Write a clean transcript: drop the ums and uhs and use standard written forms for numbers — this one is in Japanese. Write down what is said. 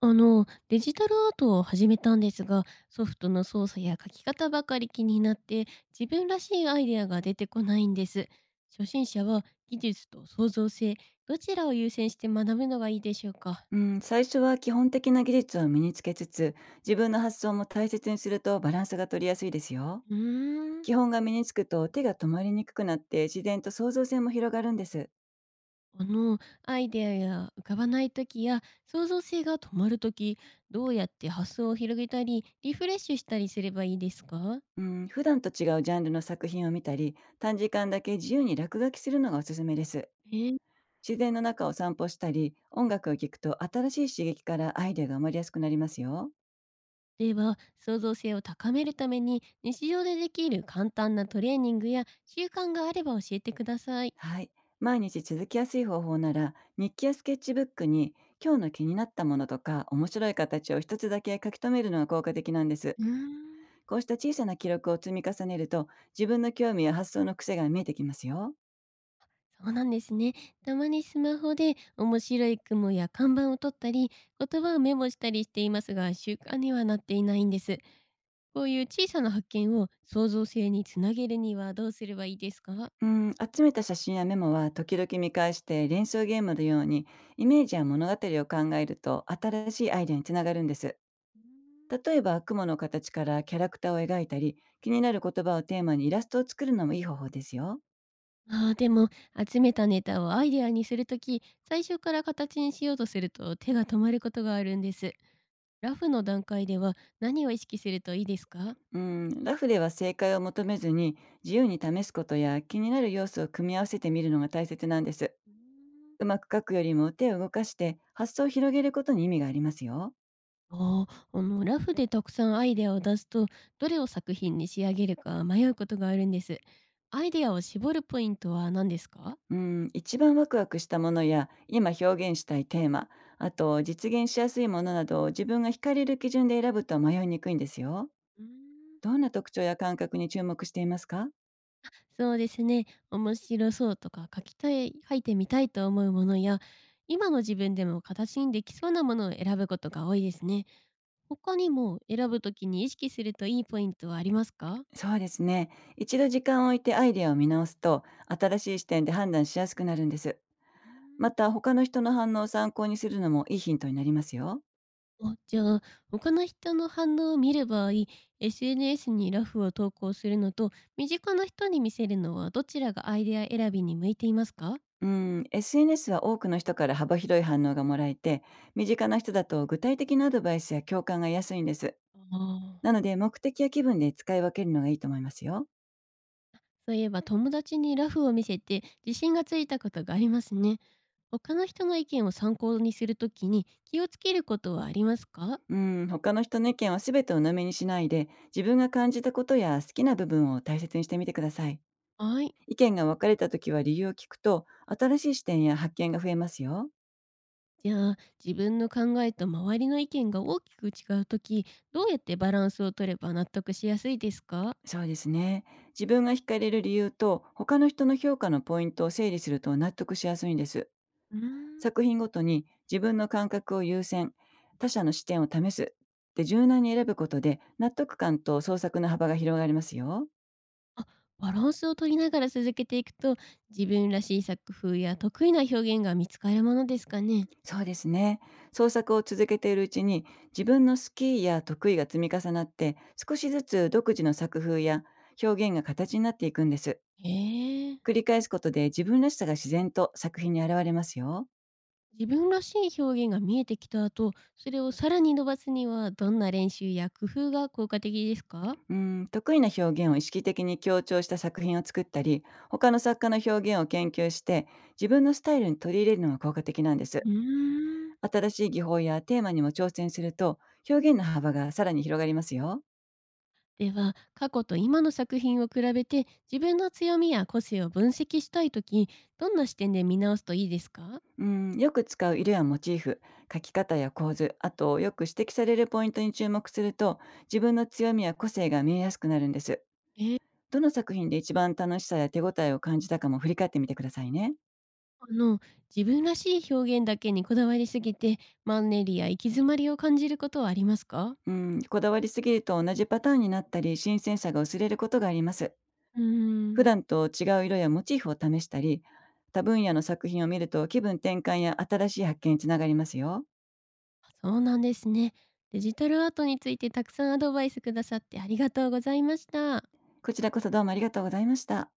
デジタルアートを始めたんですが、ソフトの操作や書き方ばかり気になって、自分らしいアイデアが出てこないんです。初心者は技術と創造性、どちらを優先して学ぶのがいいでしょうか？うん、最初は基本的な技術を身につけつつ、自分の発想も大切にするとバランスが取りやすいですよ。うーん、基本が身につくと手が止まりにくくなって、自然と創造性も広がるんです。アイデアや浮かばない時や創造性が止まる時、どうやって発想を広げたり、リフレッシュしたりすればいいですか？うん、普段と違うジャンルの作品を見たり、短時間だけ自由に落書きするのがおすすめです。へえ。自然の中を散歩したり、音楽を聴くと新しい刺激からアイデアが生まれやすくなりますよ。では、創造性を高めるために日常でできる簡単なトレーニングや習慣があれば教えてください。はい。毎日続きやすい方法なら、日記やスケッチブックに今日の気になったものとか面白い形を一つだけ書き留めるのが効果的なんです。うーん。こうした小さな記録を積み重ねると、自分の興味や発想の癖が見えてきますよ。そうなんですね。たまにスマホで面白い雲や看板を撮ったり、言葉をメモしたりしていますが、習慣にはなっていないんです。こういう小さな発見を創造性につなげるにはどうすればいいですか？うん、集めた写真やメモは時々見返して、連想ゲームのようにイメージや物語を考えると新しいアイデアにつながるんです。例えば雲の形からキャラクターを描いたり、気になる言葉をテーマにイラストを作るのもいい方法ですよ。ああ、でも、集めたネタをアイデアにするとき、最初から形にしようとすると手が止まることがあるんです。ラフの段階では何を意識するといいですか？うん、ラフでは正解を求めずに、自由に試すことや気になる要素を組み合わせてみるのが大切なんです。うーん。うまく書くよりも手を動かして発想を広げることに意味がありますよ。ああー、ラフでたくさんアイデアを出すと、どれを作品に仕上げるか迷うことがあるんです。アイデアを絞るポイントは何ですか？うん、一番ワクワクしたものや今表現したいテーマ、あと実現しやすいものなどを自分が惹かれる基準で選ぶと迷いにくいんですよ。うーん。どんな特徴や感覚に注目していますか？そうですね。面白そうとか書きたい書いてみたいと思うものや、今の自分でも形にできそうなものを選ぶことが多いですね。他にも選ぶときに意識するといいポイントはありますか？そうですね。一度時間を置いてアイデアを見直すと、新しい視点で判断しやすくなるんです。また、他の人の反応を参考にするのもいいヒントになりますよ。あ、じゃあ、他の人の反応を見る場合、SNS にラフを投稿するのと、身近な人に見せるのはどちらがアイデア選びに向いていますか？うん、SNS は多くの人から幅広い反応がもらえて、身近な人だと具体的なアドバイスや共感が安いんです。ああ、なので、目的や気分で使い分けるのがいいと思いますよ。そういえば友達にラフを見せて自信がついたことがありますね。他の人の意見を参考にするときに気をつけることはありますか？うん、他の人の意見は全てを鵜呑みにしないで、自分が感じたことや好きな部分を大切にしてみてください。はい。意見が分かれた時は理由を聞くと、新しい視点や発見が増えますよ。じゃあ、自分の考えと周りの意見が大きく違うとき、どうやってバランスを取れば納得しやすいですか？そうですね。自分が惹かれる理由と他の人の評価のポイントを整理すると納得しやすいんです。うーん。作品ごとに自分の感覚を優先、他者の視点を試すって柔軟に選ぶことで、納得感と創作の幅が広がりますよ。あ、バランスを取りながら続けていくと、自分らしい作風や得意な表現が見つかるものですかね。そうですね。創作を続けているうちに自分の好きや得意が積み重なって、少しずつ独自の作風や表現が形になっていくんです。へえ。繰り返すことで自分らしさが自然と作品に現れますよ。自分らしい表現が見えてきた後、それをさらに伸ばすにはどんな練習や工夫が効果的ですか？うん、得意な表現を意識的に強調した作品を作ったり、他の作家の表現を研究して、自分のスタイルに取り入れるのが効果的なんです。うーん。新しい技法やテーマにも挑戦すると、表現の幅がさらに広がりますよ。では、過去と今の作品を比べて自分の強みや個性を分析したいとき、どんな視点で見直すといいですか？うん、よく使う色やモチーフ、書き方や構図、あとよく指摘されるポイントに注目すると、自分の強みや個性が見えやすくなるんです。ええ。どの作品で一番楽しさや手応えを感じたかも振り返ってみてくださいね。あの、自分らしい表現だけにこだわりすぎて、マンネリや行き詰まりを感じることはありますか？うん、こだわりすぎると同じパターンになったり、新鮮さが薄れることがあります。うー普ん。段と違う色やモチーフを試したり、他分野の作品を見ると気分転換や新しい発見につながりますよ。そうなんですね。デジタルアートについてたくさんアドバイスくださってありがとうございました。こちらこそどうもありがとうございました。